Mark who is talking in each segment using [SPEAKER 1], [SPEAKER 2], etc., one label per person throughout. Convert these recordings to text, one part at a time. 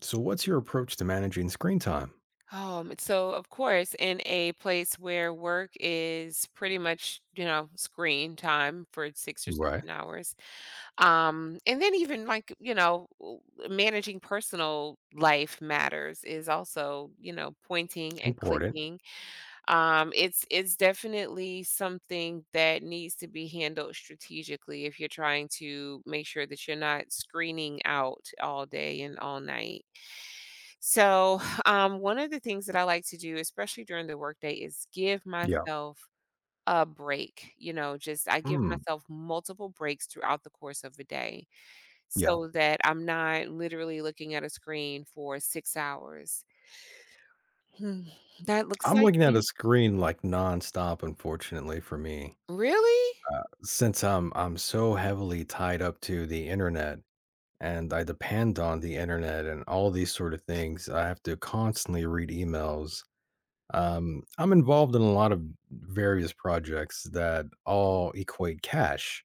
[SPEAKER 1] So, what's your approach to managing screen time?
[SPEAKER 2] So of course, in a place where work is pretty much, you know, screen time for six or
[SPEAKER 1] Right.
[SPEAKER 2] seven hours. And then even like, managing personal life matters is also, you know, pointing and
[SPEAKER 1] Important.
[SPEAKER 2] clicking. It's definitely something that needs to be handled strategically if you're trying to make sure that you're not screening out all day and all night. So, one of the things that I like to do, especially during the workday, is give
[SPEAKER 1] Yeah.
[SPEAKER 2] myself a break. You know, just I give
[SPEAKER 1] Mm.
[SPEAKER 2] myself multiple breaks throughout the course of a day
[SPEAKER 1] Yeah.
[SPEAKER 2] so that I'm not literally looking at a screen for 6 hours. Hmm, that looks
[SPEAKER 1] I'm
[SPEAKER 2] like
[SPEAKER 1] looking at a
[SPEAKER 2] me.
[SPEAKER 1] screen like nonstop, unfortunately for me,
[SPEAKER 2] Really?
[SPEAKER 1] since I'm so heavily tied up to the internet and I depend on the internet and all these sort of things. I have to constantly read emails. I'm involved in a lot of various projects that
[SPEAKER 2] Mm,
[SPEAKER 1] all equate cash.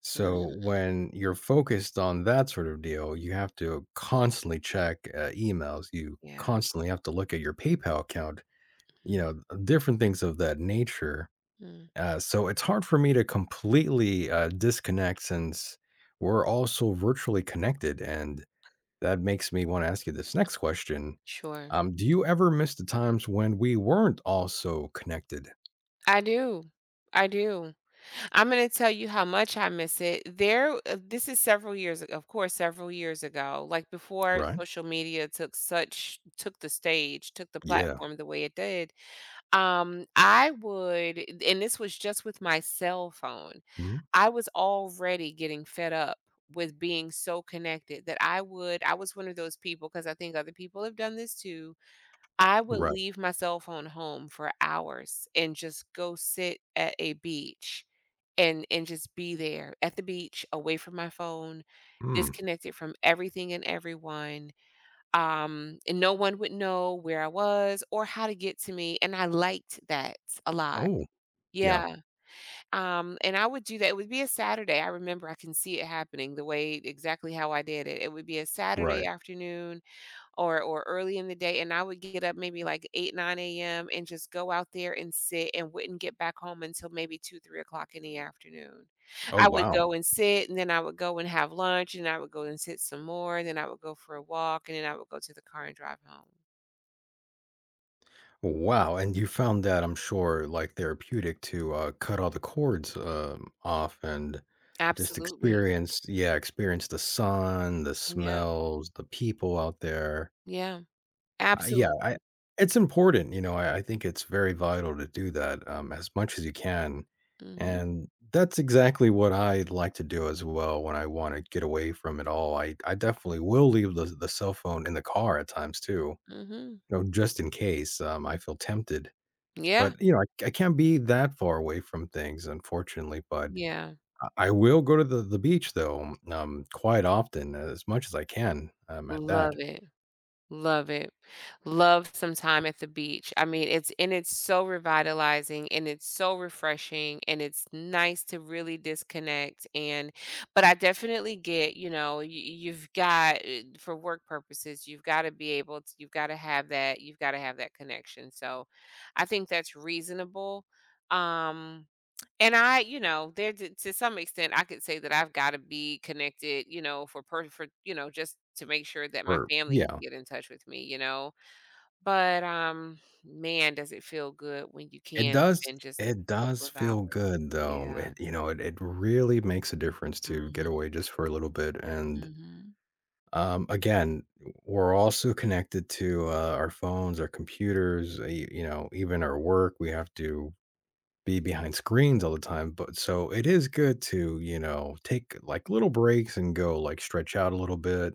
[SPEAKER 1] So
[SPEAKER 2] mm,
[SPEAKER 1] when you're focused on that sort of deal, you have to constantly check emails. You
[SPEAKER 2] yeah.
[SPEAKER 1] constantly have to look at your PayPal account. You
[SPEAKER 2] Mm,
[SPEAKER 1] know, different things of that nature.
[SPEAKER 2] mm,
[SPEAKER 1] So it's hard for me to completely disconnect since we're also virtually connected, and that makes me want to ask you this next question.
[SPEAKER 2] sure.
[SPEAKER 1] Do you ever miss the times when we weren't also connected?
[SPEAKER 2] I do. I do. I'm gonna tell you how much I miss it. This is several years, of course, several years ago, like before
[SPEAKER 1] Right.
[SPEAKER 2] social media took the stage, took the
[SPEAKER 1] Yeah.
[SPEAKER 2] platform the way it did. I would, and this was just with my cell phone.
[SPEAKER 1] Mhm.
[SPEAKER 2] I was already getting fed up with being so connected that I would. I was one of those people because I think other people have done this too. I would
[SPEAKER 1] Right.
[SPEAKER 2] leave my cell phone home for hours and just go sit at a beach and just be there at the beach, away from my phone,
[SPEAKER 1] Mm.
[SPEAKER 2] disconnected from everything and everyone. And no one would know where I was or how to get to me, and I liked that a lot.
[SPEAKER 1] Oh, yeah.
[SPEAKER 2] Yeah. And I would do that. It would be a Saturday. I remember I can see it happening the way exactly how I did it. It would be a Saturday
[SPEAKER 1] Right.
[SPEAKER 2] afternoon or early in the day, and I would get up maybe like 8, 9 a.m. and just go out there and sit and wouldn't get back home until maybe 2, 3 o'clock in the afternoon.
[SPEAKER 1] Oh,
[SPEAKER 2] I would
[SPEAKER 1] wow.
[SPEAKER 2] go and sit, and then I would go and have lunch, and I would go and sit some more, and then I would go for a walk, and then I would go to the car and drive home.
[SPEAKER 1] Wow, and you found that, I'm sure, like, therapeutic to, cut all the cords, off and just
[SPEAKER 2] Absolutely.
[SPEAKER 1] experience, yeah, experience the sun, the
[SPEAKER 2] Yeah,
[SPEAKER 1] smells, the people out there.
[SPEAKER 2] yeah,
[SPEAKER 1] Yeah,
[SPEAKER 2] absolute.
[SPEAKER 1] I it's important, you know, I think it's very vital to do that, as much as you can,
[SPEAKER 2] Mhm,
[SPEAKER 1] and that's exactly what I like to do as well when I wanna get away from it all. I definitely will leave the cell phone in the car at times too,
[SPEAKER 2] mhm.
[SPEAKER 1] you know, just in case, I feel tempted.
[SPEAKER 2] Yeah,
[SPEAKER 1] But, you know, I can't be that far away from things, unfortunately, but
[SPEAKER 2] yeah.
[SPEAKER 1] I will go to the beach, though, quite often, as much as I can, at that
[SPEAKER 2] Love it. Love it. Love some time at the beach. I mean, it's and it's so revitalizing and it's so refreshing and it's nice to really disconnect and but I definitely get, you know, you, you've got for work purposes, you've got to be able to you've got to have that, you've got to have that connection. So, I think that's reasonable. Um and I, you know, there to some extent, I could say that I've gotta be connected, you know, you know, just to make sure that my
[SPEAKER 1] or
[SPEAKER 2] family
[SPEAKER 1] yeah.
[SPEAKER 2] can get in touch with me, you know? But, man, does it feel good when you
[SPEAKER 1] It
[SPEAKER 2] can
[SPEAKER 1] does,
[SPEAKER 2] spend just a
[SPEAKER 1] it
[SPEAKER 2] couple
[SPEAKER 1] does
[SPEAKER 2] of hours.
[SPEAKER 1] feel good, though.
[SPEAKER 2] Yeah.
[SPEAKER 1] It, you know, it really makes a difference to get
[SPEAKER 2] Mhm,
[SPEAKER 1] away just for a little bit, and,
[SPEAKER 2] mhm,
[SPEAKER 1] again, we're also connected to, our phones, our computers, you know, even our work, we have to be behind screens all the time, but so it is good to, you know, take like little breaks and go like stretch out a little bit,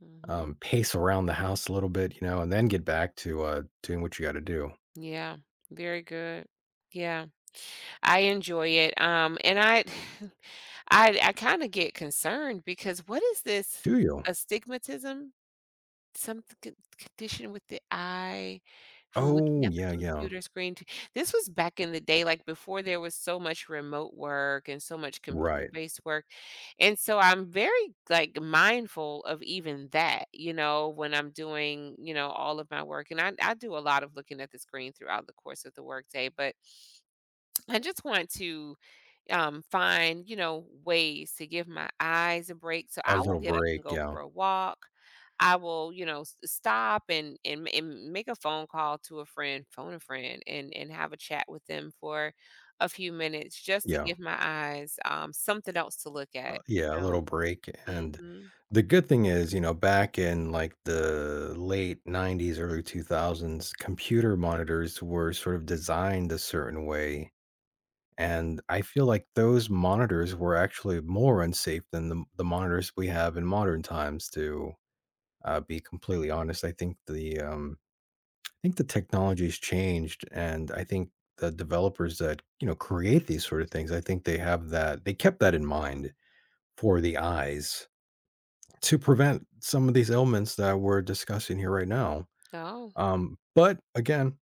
[SPEAKER 2] mhm.
[SPEAKER 1] pace around the house a little bit, you know, and then get back to doing what you got to do.
[SPEAKER 2] Yeah, very good. Yeah, I enjoy it, and I I kinda get concerned because what is this
[SPEAKER 1] Do you?
[SPEAKER 2] astigmatism? Some c Condition with the eye from looking
[SPEAKER 1] Oh,
[SPEAKER 2] at the
[SPEAKER 1] yeah, yeah.
[SPEAKER 2] computer screen to this was back in the day, like, before there was so much remote work and so much
[SPEAKER 1] Right.
[SPEAKER 2] computer-based work, and so I'm very, like, mindful of even that, you know, when I'm doing, you know, all of my work, and I do a lot of looking at the screen throughout the course of the workday, but I just want to find, you know, ways to give my eyes a break. So
[SPEAKER 1] A
[SPEAKER 2] I will
[SPEAKER 1] little
[SPEAKER 2] get up and
[SPEAKER 1] break,
[SPEAKER 2] go
[SPEAKER 1] yeah.
[SPEAKER 2] for a walk. I will, you know, stop and make a phone call to a friend, phone a friend, and have a chat with them for a few minutes just to
[SPEAKER 1] Yeah.
[SPEAKER 2] give my eyes something else to look at. You
[SPEAKER 1] Yeah, a
[SPEAKER 2] know.
[SPEAKER 1] little break, and
[SPEAKER 2] Hmm.
[SPEAKER 1] the good thing is, you know, back in like the late 90s, early 2000s, computer monitors were sort of designed a certain way. And I feel like those monitors were actually more unsafe than the monitors we have in modern times, to, be completely honest. I think the technology's changed, and I think the developers that, you know, create these sort of things, I think they have that they kept that in mind for the eyes to prevent some of these ailments that we're discussing here right now.
[SPEAKER 2] Oh,
[SPEAKER 1] But again,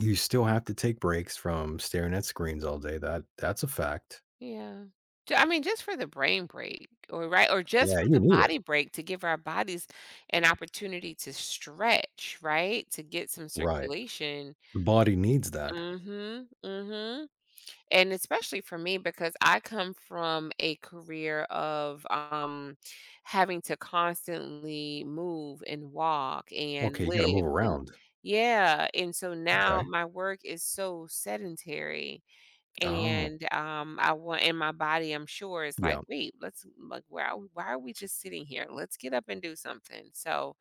[SPEAKER 1] you still have to take breaks from staring at screens all day. That, that's a fact.
[SPEAKER 2] yeah. I mean, just for the brain break, or right, or just
[SPEAKER 1] Yeah,
[SPEAKER 2] for
[SPEAKER 1] you
[SPEAKER 2] the
[SPEAKER 1] need it.
[SPEAKER 2] body break to give our bodies an opportunity to stretch, right, to get some
[SPEAKER 1] Right.
[SPEAKER 2] circulation.
[SPEAKER 1] The body needs that.
[SPEAKER 2] Mhm, mhm, and especially for me because I come from a career of, having to constantly move and walk and
[SPEAKER 1] Okay, you gotta
[SPEAKER 2] live
[SPEAKER 1] move
[SPEAKER 2] and
[SPEAKER 1] around.
[SPEAKER 2] yeah, and so now
[SPEAKER 1] Okay.
[SPEAKER 2] my work is so sedentary,
[SPEAKER 1] Oh,
[SPEAKER 2] and, I want and my body, I'm sure, is like,
[SPEAKER 1] yeah,
[SPEAKER 2] "Wait, let's like, why are we just sitting here? Let's get up and do something," so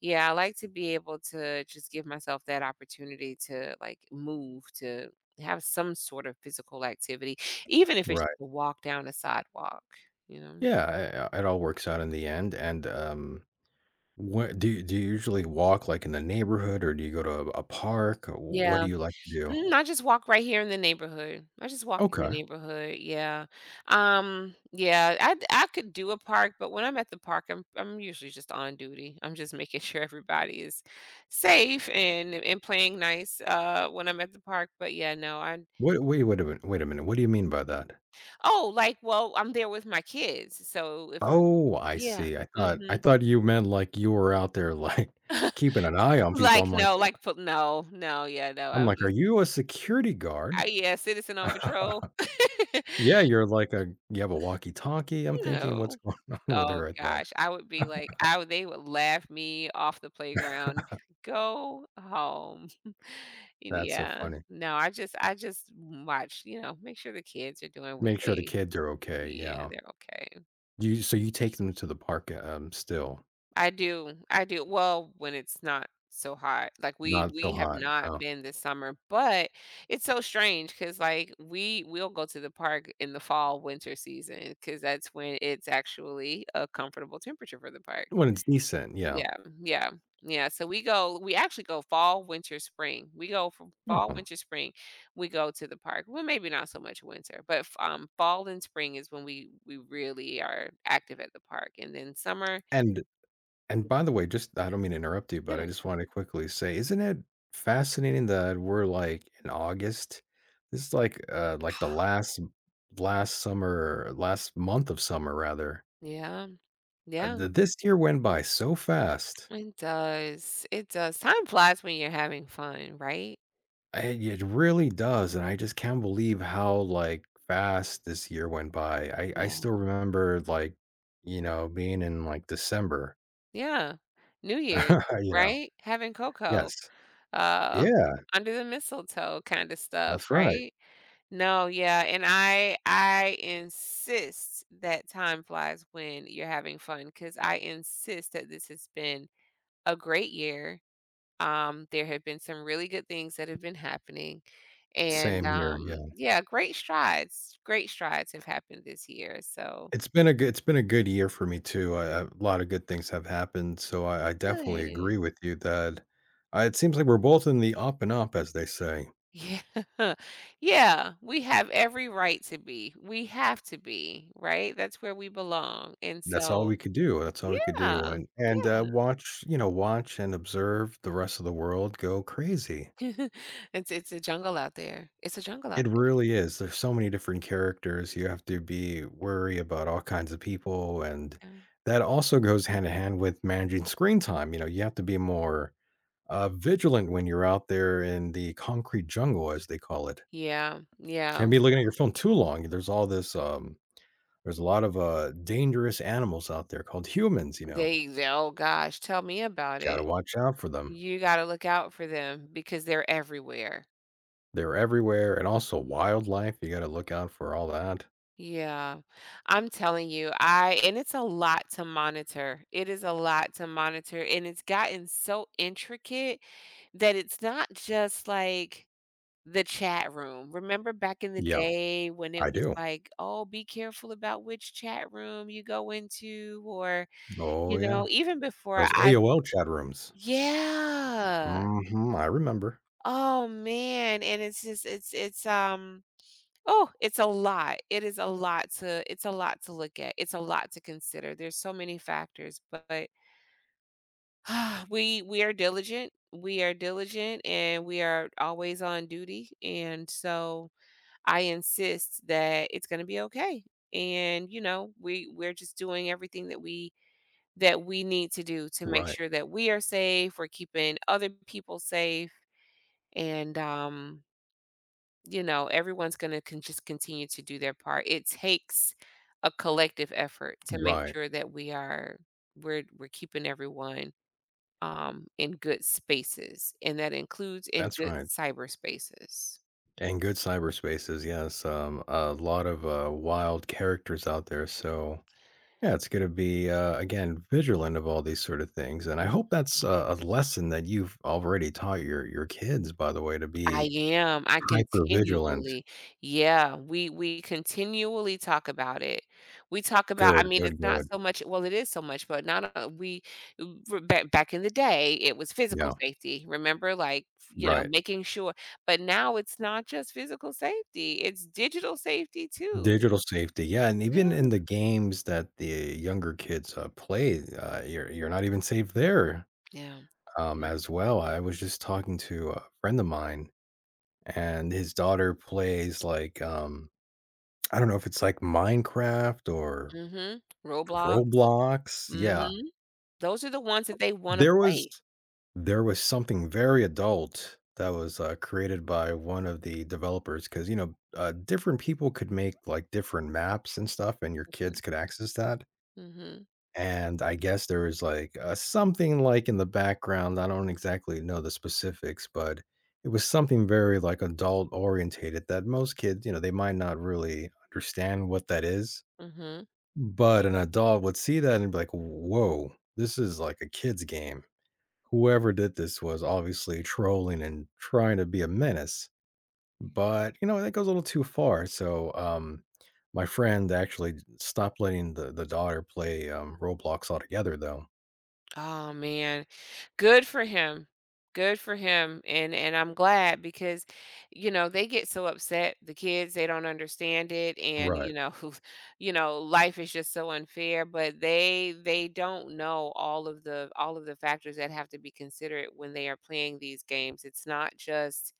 [SPEAKER 2] yeah, I like to be able to just give myself that opportunity to like move, to have some sort of physical activity, even if it's
[SPEAKER 1] right.
[SPEAKER 2] just a walk down the sidewalk, you know?
[SPEAKER 1] Yeah, it all works out in the end, and, what do you usually walk, like, in the neighborhood, or do you go to a park? Or what
[SPEAKER 2] Yeah.
[SPEAKER 1] do you like to do?
[SPEAKER 2] Mm, I just walk right here in the neighborhood. I just walk in the
[SPEAKER 1] Okay.
[SPEAKER 2] neighborhood. Yeah. Yeah, I could do a park, but when I'm at the park, I'm usually just on duty. I'm just making sure everybody is safe and playing nice when I'm at the park. But yeah, no, I
[SPEAKER 1] Wait, a minute, wait a minute, what do you mean by that?
[SPEAKER 2] oh, like, well, I'm there with my kids, so if I'm
[SPEAKER 1] Oh, I
[SPEAKER 2] yeah,
[SPEAKER 1] see. I thought I
[SPEAKER 2] mhm.
[SPEAKER 1] thought you meant, like, you were out there, like, keeping an eye on people.
[SPEAKER 2] Like, no, like, p no, no, yeah, no,
[SPEAKER 1] I'm
[SPEAKER 2] I'm
[SPEAKER 1] like, "Are
[SPEAKER 2] just
[SPEAKER 1] you a security guard?"
[SPEAKER 2] I yeah, citizen on patrol.
[SPEAKER 1] Yeah, you're like a you have a walkie-talkie, I'm thinking, "What's
[SPEAKER 2] No.
[SPEAKER 1] going on with
[SPEAKER 2] Oh
[SPEAKER 1] her?" I thought.
[SPEAKER 2] gosh, I would be like I would they would laugh me off the playground, "Go home." And
[SPEAKER 1] That's so
[SPEAKER 2] yeah,
[SPEAKER 1] funny.
[SPEAKER 2] no, I just watch, you know, make sure the kids are doing what
[SPEAKER 1] Make sure the
[SPEAKER 2] they
[SPEAKER 1] kids are okay,
[SPEAKER 2] yeah,
[SPEAKER 1] yeah.
[SPEAKER 2] they're okay.
[SPEAKER 1] You so you take them to the park, still?
[SPEAKER 2] I do, I do. Well, when it's not so hot, like we
[SPEAKER 1] Not so
[SPEAKER 2] we have
[SPEAKER 1] hot,
[SPEAKER 2] not
[SPEAKER 1] yeah.
[SPEAKER 2] been this summer, but it's so strange because like we will go to the park in the fall winter season because that's when it's actually a comfortable temperature for the park.
[SPEAKER 1] When it's decent, yeah.
[SPEAKER 2] Yeah, yeah, yeah. So we go, we actually go fall, winter, spring. We go from fall,
[SPEAKER 1] Oh,
[SPEAKER 2] winter, spring. We go to the park. Well, maybe not so much winter, but fall and spring is when we really are active at the park, and then summer.
[SPEAKER 1] and and by the way, just I don't mean to interrupt you, but I
[SPEAKER 2] Yeah,
[SPEAKER 1] just wanna quickly say, isn't it fascinating that we're, like, in August? This is like the last last summer last month of summer rather.
[SPEAKER 2] yeah. Yeah,
[SPEAKER 1] Th this year went by so fast.
[SPEAKER 2] it does. It does. Time flies when you're having fun, right?
[SPEAKER 1] I it really does, and I just can't believe how, like, fast this year went by. I
[SPEAKER 2] Yeah.
[SPEAKER 1] still remember, like, you know, being in, like, December,
[SPEAKER 2] Yeah. New Year's,
[SPEAKER 1] you know?
[SPEAKER 2] right? Having cocoa,
[SPEAKER 1] Yes.
[SPEAKER 2] uh,
[SPEAKER 1] Yeah,
[SPEAKER 2] under the mistletoe kind of stuff,
[SPEAKER 1] that's right.
[SPEAKER 2] right? No, yeah, and I insist that time flies when you're having fun, cause I insist that this has been a great year. There have been some really good things that have been happening. And,
[SPEAKER 1] Same here, yeah.
[SPEAKER 2] yeah, great strides have happened this year, so
[SPEAKER 1] It's been a good, it's been a good year for me too. I a lot of good things have happened, so I definitely
[SPEAKER 2] good.
[SPEAKER 1] agree with you that, it seems like we're both in the up and up, as they say.
[SPEAKER 2] Yeah. Yeah, we have every right to be. We have to be, right? That's where we belong, and
[SPEAKER 1] That's all
[SPEAKER 2] so
[SPEAKER 1] we could do, that's all we could do,
[SPEAKER 2] yeah,
[SPEAKER 1] and
[SPEAKER 2] yeah.
[SPEAKER 1] watch, you know, watch and observe the rest of the world go crazy.
[SPEAKER 2] It's a jungle out there. It's a jungle
[SPEAKER 1] It
[SPEAKER 2] out there,
[SPEAKER 1] really is, there's so many different characters, you have to be worry about all kinds of people, and
[SPEAKER 2] yeah.
[SPEAKER 1] that also goes hand in hand with managing screen time, you know, you have to be more, vigilant when you're out there in the concrete jungle, as they call it.
[SPEAKER 2] Yeah, yeah.
[SPEAKER 1] Can't be looking at your phone too long, there's all this, there's a lot of, dangerous animals out there called humans, you know,
[SPEAKER 2] They oh gosh, tell me about
[SPEAKER 1] gotta
[SPEAKER 2] it.
[SPEAKER 1] watch out for them.
[SPEAKER 2] You gotta look out for them because they're everywhere.
[SPEAKER 1] They're everywhere, and also wildlife, you gotta look out for all that.
[SPEAKER 2] Yeah. I'm telling you, I and it's a lot to monitor. It is a lot to monitor, and it's gotten so intricate that it's not just like the chat room. Remember back in the
[SPEAKER 1] Yeah,
[SPEAKER 2] day when it
[SPEAKER 1] I
[SPEAKER 2] was
[SPEAKER 1] do.
[SPEAKER 2] like, "Oh, be careful about which chat room you go into," or,
[SPEAKER 1] Oh,
[SPEAKER 2] you know,
[SPEAKER 1] yeah.
[SPEAKER 2] even before
[SPEAKER 1] Those
[SPEAKER 2] I
[SPEAKER 1] AOL chat rooms.
[SPEAKER 2] yeah.
[SPEAKER 1] Mhm, I remember.
[SPEAKER 2] Oh, man, and it's just it's, oh, it's a lot. It is a lot to it's a lot to look at. It's a lot to consider. There's so many factors, but we are diligent. We are diligent and we are always on duty. And so I insist that it's going to be okay. And you know, we're just doing everything that we need to do to make
[SPEAKER 1] Right,
[SPEAKER 2] sure that we are safe, we're keeping other people safe and you know, everyone's gonna con just continue to do their part. It takes a collective effort to make
[SPEAKER 1] right.
[SPEAKER 2] sure that we are we're keeping everyone, in good spaces, and that includes in
[SPEAKER 1] That's
[SPEAKER 2] good
[SPEAKER 1] right.
[SPEAKER 2] cyberspaces.
[SPEAKER 1] And good cyberspaces, yes, a lot of, wild characters out there, so, yeah, it's gonna be, again, vigilant of all these sort of things, and I hope that's
[SPEAKER 2] Mhm.
[SPEAKER 1] a lesson that you've already taught your kids, by the way, to
[SPEAKER 2] I
[SPEAKER 1] be
[SPEAKER 2] am. I
[SPEAKER 1] hyper vigilant.
[SPEAKER 2] continually yeah, we continually talk about it. We talk about I
[SPEAKER 1] Good,
[SPEAKER 2] mean,
[SPEAKER 1] good,
[SPEAKER 2] it's not
[SPEAKER 1] good.
[SPEAKER 2] so much well, it is so much, but not we r back in the day, it was physical
[SPEAKER 1] Yeah,
[SPEAKER 2] safety. Remember, like, you know,
[SPEAKER 1] right.
[SPEAKER 2] making sure but now it's not just physical safety, it's digital safety too.
[SPEAKER 1] Digital safety, yeah, and even
[SPEAKER 2] Yeah.
[SPEAKER 1] in the games that the younger kids, play, you're not even safe there,
[SPEAKER 2] Yeah, yeah.
[SPEAKER 1] as well. I was just talking to a friend of mine, and his daughter plays, like, I don't know if it's, like, Minecraft or
[SPEAKER 2] Mhm. Roblox.
[SPEAKER 1] Roblox, yeah.
[SPEAKER 2] Mhm. Those are the ones that they wanna
[SPEAKER 1] There was
[SPEAKER 2] play.
[SPEAKER 1] there was something very adult that was, created by one of the developers, because you know, different people could make, like, different maps and stuff, and your
[SPEAKER 2] Mhm,
[SPEAKER 1] kids could access that.
[SPEAKER 2] mhm,
[SPEAKER 1] And I guess there was, like, something, like, in the background, I don't exactly know the specifics, but it was something very, like, adult-orientated that most kids, you know, they might not really understand what that is,
[SPEAKER 2] mhm.
[SPEAKER 1] but an adult would see that and be like, "Whoa, this is like a kid's game. Whoever did this was obviously trolling and trying to be a menace." But, you know, that goes a little too far, so, my friend actually stopped letting the daughter play, Roblox altogether, though.
[SPEAKER 2] Oh man. Good for him. Good for him. And I'm glad because you know, they get so upset, the kids, they don't understand it and
[SPEAKER 1] Right.
[SPEAKER 2] you know, you know, life is just so unfair, but they don't know all of the factors that have to be considered when they are playing these games. It's not just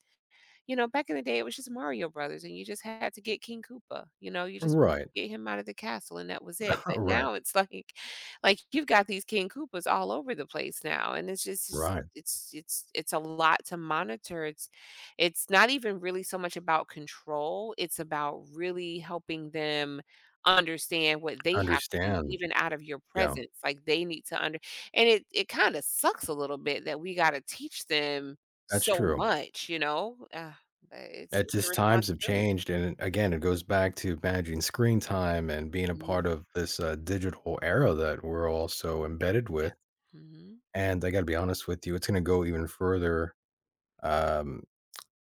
[SPEAKER 2] you know, back in the day, it was just Mario Brothers, and you just had to get King Koopa. You know, you just wanted
[SPEAKER 1] Right.
[SPEAKER 2] to get him out of the castle, and that was it. But
[SPEAKER 1] Right.
[SPEAKER 2] now it's like you've got these King Koopas all over the place now, and it's just. Just
[SPEAKER 1] Right.
[SPEAKER 2] it's a lot to monitor it's not even really so much about control it's about really helping them understand what they have to do
[SPEAKER 1] Understand.
[SPEAKER 2] even out of your
[SPEAKER 1] Yeah.
[SPEAKER 2] presence like they need to under and it kind of sucks a little bit that we got to teach them
[SPEAKER 1] That's
[SPEAKER 2] so
[SPEAKER 1] true.
[SPEAKER 2] much you know Ugh. But it's
[SPEAKER 1] It
[SPEAKER 2] it's a
[SPEAKER 1] just times have
[SPEAKER 2] responsibility.
[SPEAKER 1] changed. And again, it goes back to managing screen time and being a part
[SPEAKER 2] Mm,
[SPEAKER 1] of this digital era that we're all so embedded
[SPEAKER 2] yeah.
[SPEAKER 1] with.
[SPEAKER 2] Mhm.
[SPEAKER 1] And I got to be honest with you, it's going to go even further. Um,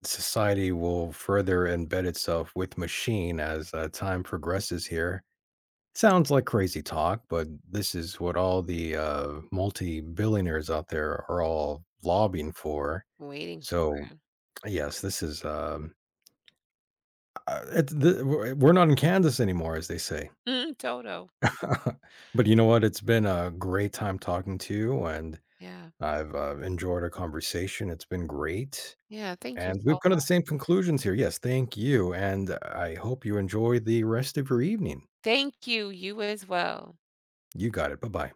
[SPEAKER 1] society will further embed itself with machine as time progresses here. Sounds like crazy talk, but this is what all the multi billionaires out there are all lobbying for.
[SPEAKER 2] Waiting
[SPEAKER 1] So, yes, this is, it's the, we're not in Kansas anymore, as they say.
[SPEAKER 2] Toto.
[SPEAKER 1] But you know what? It's been a great time talking to you, and
[SPEAKER 2] Yeah.
[SPEAKER 1] I've enjoyed our conversation. It's been great.
[SPEAKER 2] Yeah, thank you
[SPEAKER 1] And
[SPEAKER 2] so
[SPEAKER 1] we've come to
[SPEAKER 2] much.
[SPEAKER 1] the same conclusions here. Yes, thank you. And I hope you enjoy the rest of your evening.
[SPEAKER 2] Thank you, you as well.
[SPEAKER 1] You got it. Bye bye.